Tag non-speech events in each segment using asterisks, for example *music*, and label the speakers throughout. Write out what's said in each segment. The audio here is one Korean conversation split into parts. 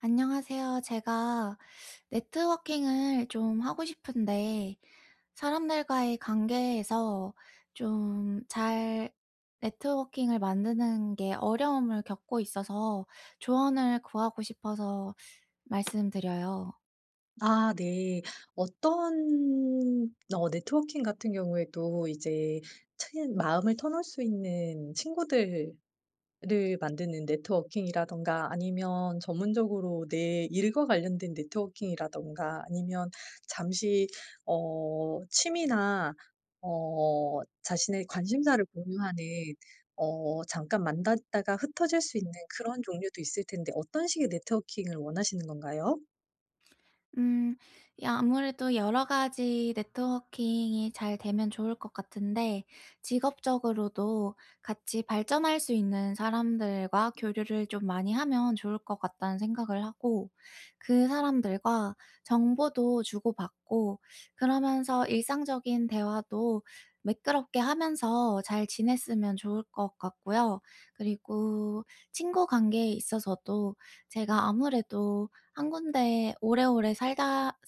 Speaker 1: 안녕하세요. 제가 네트워킹을 좀 하고 싶은데 사람들과의 관계에서 좀 잘 네트워킹을 만드는 게 어려움을 겪고 있어서 조언을 구하고 싶어서 말씀드려요.
Speaker 2: 아 네. 어떤 네트워킹 같은 경우에도 이제 친 마음을 터놓을 수 있는 친구들을 만드는 네트워킹이라든가, 아니면 전문적으로 내 일과 관련된 네트워킹이라든가, 아니면 잠시 취미나 자신의 관심사를 공유하는 잠깐 만났다가 흩어질 수 있는 그런 종류도 있을 텐데, 어떤 식의 네트워킹을 원하시는 건가요?
Speaker 1: 음. 야, 아무래도 여러 가지 네트워킹이 잘 되면 좋을 것 같은데 직업적으로도 같이 발전할 수 있는 사람들과 교류를 좀 많이 하면 좋을 것 같다는 생각을 하고, 그 사람들과 정보도 주고받고 그러면서 일상적인 대화도 매끄럽게 하면서 잘 지냈으면 좋을 것 같고요. 그리고 친구 관계에 있어서도 제가 아무래도 한 군데 오래오래 살다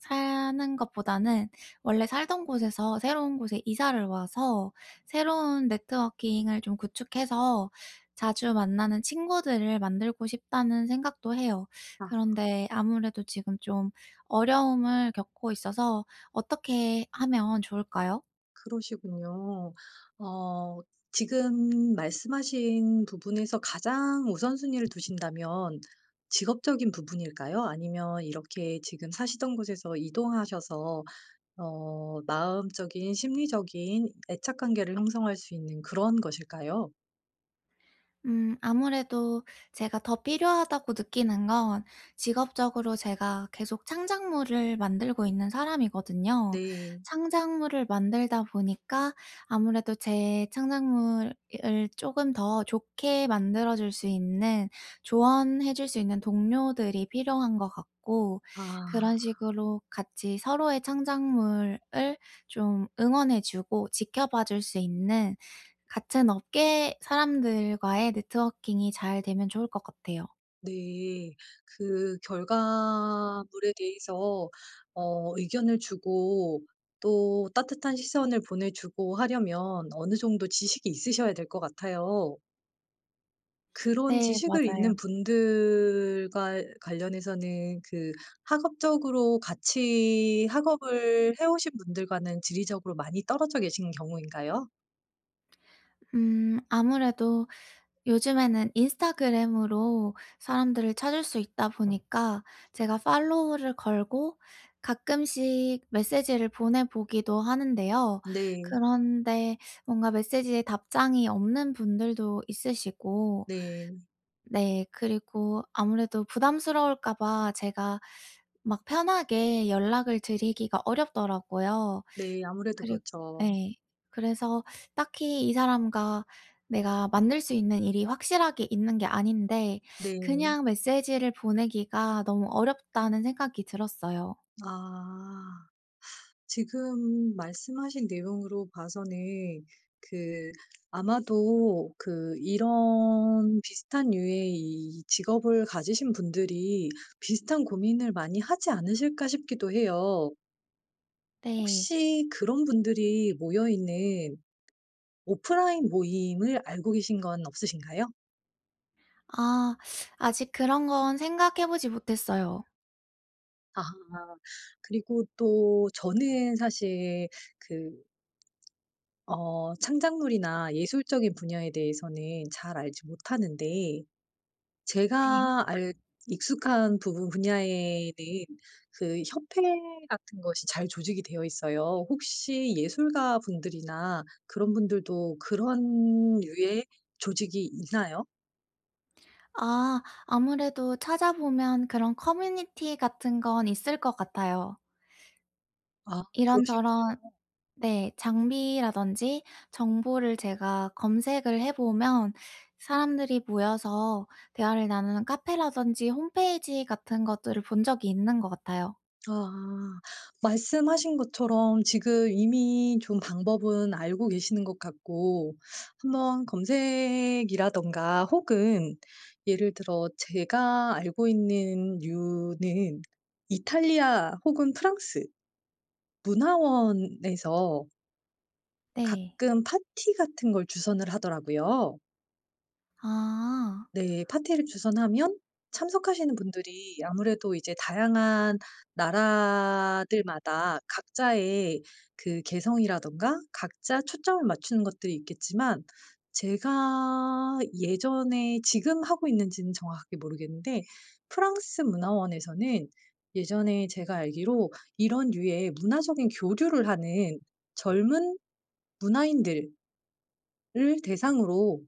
Speaker 1: 사는 것보다는 원래 살던 곳에서 새로운 곳에 이사를 와서 새로운 네트워킹을 좀 구축해서 자주 만나는 친구들을 만들고 싶다는 생각도 해요. 그런데 아무래도 지금 좀 어려움을 겪고 있어서 어떻게 하면 좋을까요?
Speaker 2: 그러시군요. 어 지금 말씀하신 부분에서 가장 우선순위를 두신다면 직업적인 부분일까요? 아니면 이렇게 지금 사시던 곳에서 이동하셔서 마음적인, 심리적인 애착 관계를 형성할 수 있는 그런 것일까요?
Speaker 1: 음, 아무래도 제가 더 필요하다고 느끼는 건 직업적으로 제가 계속 창작물을 만들고 있는 사람이거든요.
Speaker 2: 네.
Speaker 1: 창작물을 만들다 보니까 아무래도 제 창작물을 조금 더 좋게 만들어 줄 수 있는, 조언해 줄 수 있는 동료들이 필요한 것 같고, 그런
Speaker 2: 아.
Speaker 1: 식으로 같이 서로의 창작물을 좀 응원해 주고 지켜봐 줄 수 있는 같은 업계 사람들과의 네트워킹이 잘 되면 좋을 것 같아요.
Speaker 2: 네. 그 결과물에 대해서 의견을 주고 또 따뜻한 시선을 보내주고 하려면, 어느 정도 지식이 있으셔야 될 것 같아요. 그런
Speaker 1: 네,
Speaker 2: 지식을
Speaker 1: 맞아요.
Speaker 2: 있는 분들과 관련해서는, 학업적으로 같이 학업을 해 오신 분들과는 지리적으로 많이 떨어져 계신 경우인가요?
Speaker 1: 음, 아무래도 요즘에는 인스타그램으로 사람들을 찾을 수 있다 보니까 제가 팔로우를 걸고 가끔씩 메시지를 보내 보기도 하는데요.
Speaker 2: 네.
Speaker 1: 그런데 뭔가 메시지에 답장이 없는 분들도 있으시고,
Speaker 2: 네.
Speaker 1: 네. 그리고 아무래도 부담스러울까 봐 제가 막 편하게 연락을 드리기가 어렵더라고요.
Speaker 2: 네. 아무래도
Speaker 1: 그리
Speaker 2: 그렇죠.
Speaker 1: 예. 그래서 딱히 이 사람과 내가 만날 수 있는 일이 확실하게 있는 게 아닌데
Speaker 2: 네.
Speaker 1: 그냥 메시지를 보내기가 너무 어렵다는 생각이 들었어요.
Speaker 2: 아. 지금 말씀하신 내용으로 봐서는 그 아마도 이런 비슷한 유의 이 직업을 가지신 분들이 비슷한 고민을 많이 하지 않으실까 싶기도 해요.
Speaker 1: 네.
Speaker 2: 혹시 그런 분들이 모여 있는 오프라인 모임을 알고 계신 건 없으신가요?
Speaker 1: 아, 아직 그런 건 생각해 보지 못했어요.
Speaker 2: 아. 그리고 또 저는 사실 그 창작물이나 예술적인 분야에 대해서는 잘 알지 못하는데,
Speaker 1: 네.
Speaker 2: 제가 알 익숙한 부분 분야에는 그 협회 같은 것이 잘 조직이 되어 있어요. 혹시 예술가 분들이나 그런 분들도 그런 류의 조직이 있나요?
Speaker 1: 아, 아무래도 찾아보면 그런 커뮤니티 같은 건 있을 것 같아요.
Speaker 2: 아,
Speaker 1: 이런저런,
Speaker 2: 그러시군요.
Speaker 1: 네, 장비라든지 정보를 제가 검색을 해 보면 사람들이 모여서 대화를 나누는 카페라든지 홈페이지 같은 것들을 본 적이 있는 것 같아요.
Speaker 2: 아. 말씀하신 것처럼 지금 이미 좀 방법은 알고 계시는 것 같고, 한번 검색이라든가 혹은 예를 들어, 제가 알고 있는 류는 이탈리아 혹은 프랑스 문화원에서
Speaker 1: 네.
Speaker 2: 가끔 파티 같은 걸 주선을 하더라고요.
Speaker 1: 아,
Speaker 2: 네. 파티를 주선하면 참석하시는 분들이 아무래도 이제 다양한 나라들마다 각자의 그 개성이라든가 각자 초점을 맞추는 것들이 있겠지만, 제가 예전에 지금 하고 있는지는 정확하게 모르겠는데, 프랑스 문화원에서는 예전에 제가 알기로 이런 류의 문화적인 교류를 하는 젊은 문화인들을 대상으로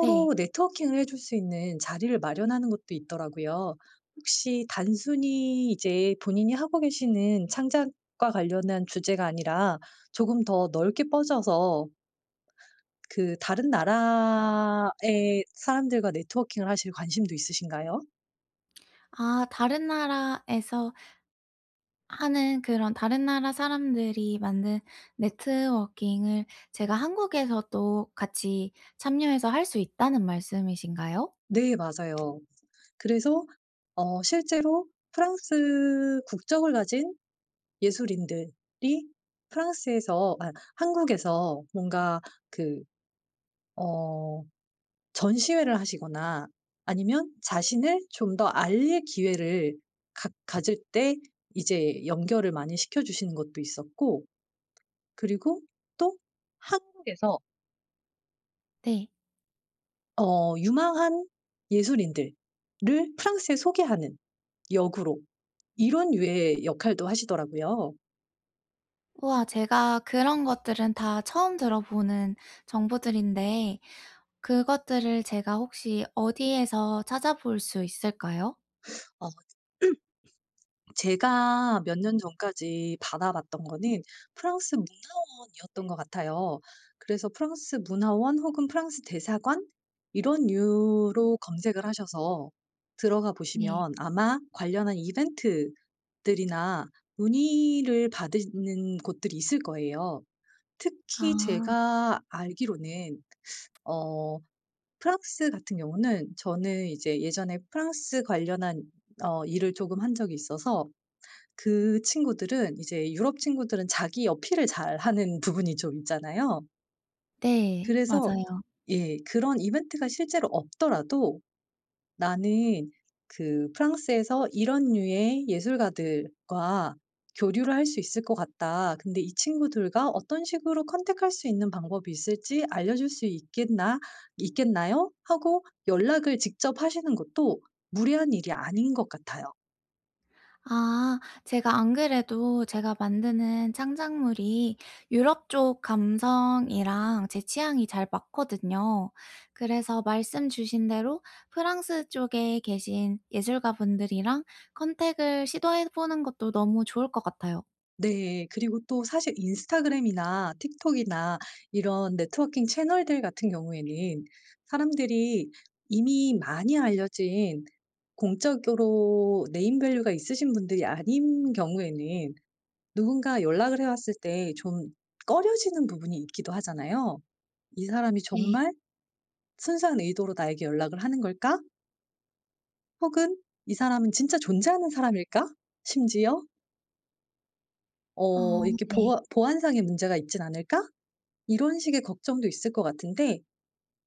Speaker 1: 네.
Speaker 2: 네트워킹을 해줄 수 있는 자리를 마련하는 것도 있더라고요. 혹시 단순히 이제 본인이 하고 계시는 창작과 관련한 주제가 아니라 조금 더 넓게 뻗어서 그 다른 나라의 사람들과 네트워킹을 하실 관심도 있으신가요?
Speaker 1: 아, 다른 나라에서 하는 그런 다른 나라 사람들이 만든 네트워킹을 제가 한국에서도 같이 참여해서 할 수 있다는 말씀이신가요?
Speaker 2: 네, 맞아요. 그래서 실제로 프랑스 국적을 가진 예술인들이 프랑스에서 아 한국에서 뭔가 그어 전시회를 하시거나, 아니면 자신을 좀 더 알릴 기회를 가 가질 때 이제 연결을 많이 시켜 주시는 것도 있었고, 그리고 또 한국에서
Speaker 1: 네.
Speaker 2: 유망한 예술인들을 프랑스에 소개하는, 역으로 이런 유의 역할도 하시더라고요.
Speaker 1: 우와, 제가 그런 것들은 다 처음 들어보는 정보들인데, 그것들을 제가 혹시 어디에서 찾아볼 수 있을까요?
Speaker 2: 어 제가 몇 년 전까지 받아봤던 거는 프랑스 문화원이었던 것 같아요. 그래서 프랑스 문화원 혹은 프랑스 대사관, 이런 유로 검색을 하셔서 들어가
Speaker 1: 네.
Speaker 2: 보시면 아마 관련한 이벤트들이나 문의를 받는 곳들이 있을 거예요. 특히
Speaker 1: 아,
Speaker 2: 제가 알기로는 어 프랑스 같은 경우는, 저는 이제 예전에 프랑스 관련한 일을 조금 한 적이 있어서 그 친구들은, 이제 유럽 친구들은 자기 어필을 잘하는 부분이 좀 *laughs* 있잖아요.
Speaker 1: 네,
Speaker 2: 그래서
Speaker 1: 맞아요.
Speaker 2: 예, 그런 이벤트가 실제로 없더라도 '나는 그 프랑스에서 이런 류의 예술가들과 교류를 할 수 있을 것 같다. 근데 이 친구들과 어떤 식으로 컨택할 수 있는 방법이 있을지 알려줄 수 있겠나요?' 하고 연락을 직접 하시는 것도 무례한 일이 아닌 것 같아요.
Speaker 1: 아, 제가 안 그래도 제가 만드는 창작물이 유럽 쪽 감성이랑 제 취향이 잘 맞거든요. 그래서 말씀 주신 대로 프랑스 쪽에 계신 예술가분들이랑 컨택을 시도해 보는 것도 너무 좋을 것 같아요.
Speaker 2: 네. 그리고 또 사실 인스타그램이나 틱톡이나 이런 네트워킹 채널들 같은 경우에는, 사람들이 이미 많이 알려진, 공적으로 네임 밸류가 있으신 분들이 아닌 경우에는, 누군가 연락을 해 왔을 때 좀 꺼려지는 부분이 있기도 하잖아요. '이 사람이
Speaker 1: 네.
Speaker 2: 정말 순수한 의도로 나에게 연락을 하는 걸까?' 혹은 '이 사람은 진짜 존재하는 사람일까?' 심지어
Speaker 1: 어
Speaker 2: 이렇게
Speaker 1: 네.
Speaker 2: '보안상의 문제가 있진 않을까?' 이런 식의 걱정도 있을 것 같은데,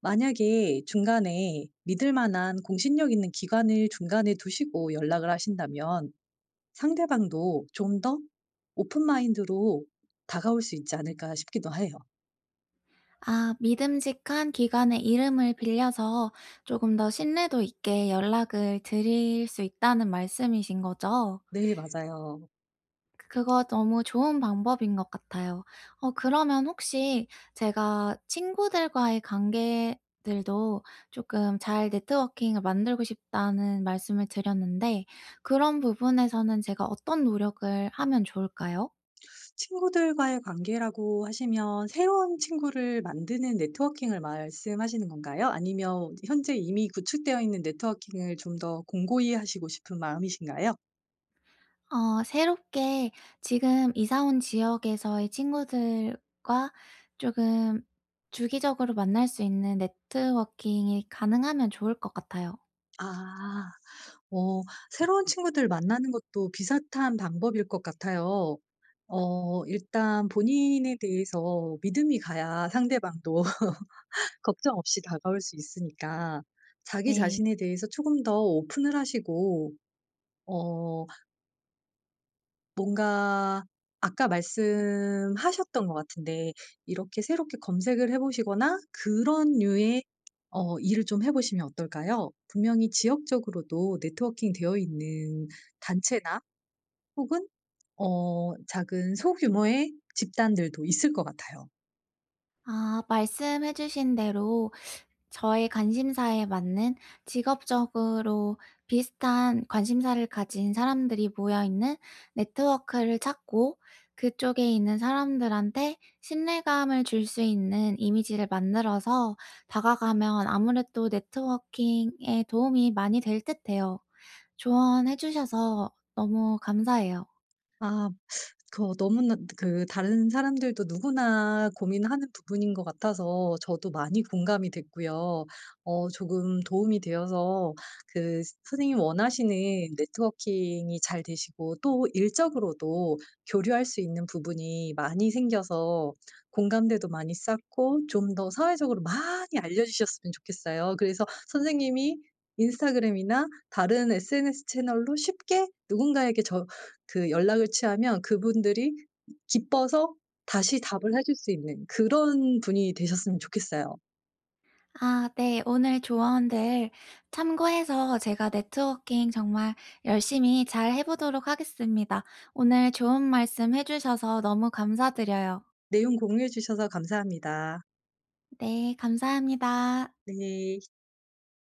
Speaker 2: 만약에 중간에 믿을 만한 공신력 있는 기관을 중간에 두시고 연락을 하신다면, 상대방도 좀 더 오픈 마인드로 다가올 수 있지 않을까 싶기도 해요.
Speaker 1: 아, 믿음직한 기관의 이름을 빌려서 조금 더 신뢰도 있게 연락을 드릴 수 있다는 말씀이신 거죠?
Speaker 2: 네, 맞아요.
Speaker 1: 그거 너무 좋은 방법인 것 같아요. 어, 그러면 혹시 제가 친구들과의 관계들도 조금 잘 네트워킹을 만들고 싶다는 말씀을 드렸는데 그런 부분에서는 제가 어떤 노력을 하면 좋을까요?
Speaker 2: 친구들과의 관계라고 하시면, 새로운 친구를 만드는 네트워킹을 말씀하시는 건가요? 아니면 현재 이미 구축되어 있는 네트워킹을 좀 더 공고히 하시고 싶은 마음이신가요?
Speaker 1: 어, 새롭게 지금 이사 온 지역에서의 친구들과 조금 주기적으로 만날 수 있는 네트워킹이 가능하면 좋을 것 같아요.
Speaker 2: 아. 어 새로운 친구들 만나는 것도 비슷한 방법일 것 같아요. 일단 본인에 대해서 믿음이 가야 상대방도 *laughs* 걱정 없이 다가올 수 있으니까, 자기
Speaker 1: 네.
Speaker 2: 자신에 대해서 조금 더 오픈을 하시고, 어 뭔가 아까 말씀하셨던 것 같은데, 이렇게 새롭게 검색을 해 보시거나 그런 류의 일을 좀 해 보시면 어떨까요? 분명히 지역적으로도 네트워킹 되어 있는 단체나 혹은 작은 소규모의 집단들도 있을 것 같아요.
Speaker 1: 아, 말씀해 주신 대로 저의 관심사에 맞는, 직업적으로 비슷한 관심사를 가진 사람들이 모여 있는 네트워크를 찾고, 그쪽에 있는 사람들한테 신뢰감을 줄 수 있는 이미지를 만들어서 다가가면 아무래도 네트워킹에 도움이 많이 될 듯해요. 조언해 주셔서 너무 감사해요.
Speaker 2: 아, 너무나 다른 사람들도 누구나 고민하는 부분인 것 같아서 저도 많이 공감이 됐고요. 조금 도움이 되어서 그 선생님이 원하시는 네트워킹이 잘 되시고, 또 일적으로도 교류할 수 있는 부분이 많이 생겨서 공감대도 많이 쌓고, 좀 더 사회적으로 많이 알려주셨으면 좋겠어요. 그래서 선생님이 인스타그램이나 다른 SNS 채널로 쉽게 누군가에게 연락을 취하면 그분들이 기뻐서 다시 답을 해줄 수 있는 그런 분이 되셨으면 좋겠어요.
Speaker 1: 아, 네. 오늘 조언들 참고해서 제가 네트워킹 정말 열심히 잘 해 보도록 하겠습니다. 오늘 좋은 말씀 해 주셔서 너무 감사드려요.
Speaker 2: 내용 공유해 주셔서 감사합니다.
Speaker 1: 네, 감사합니다.
Speaker 2: 네.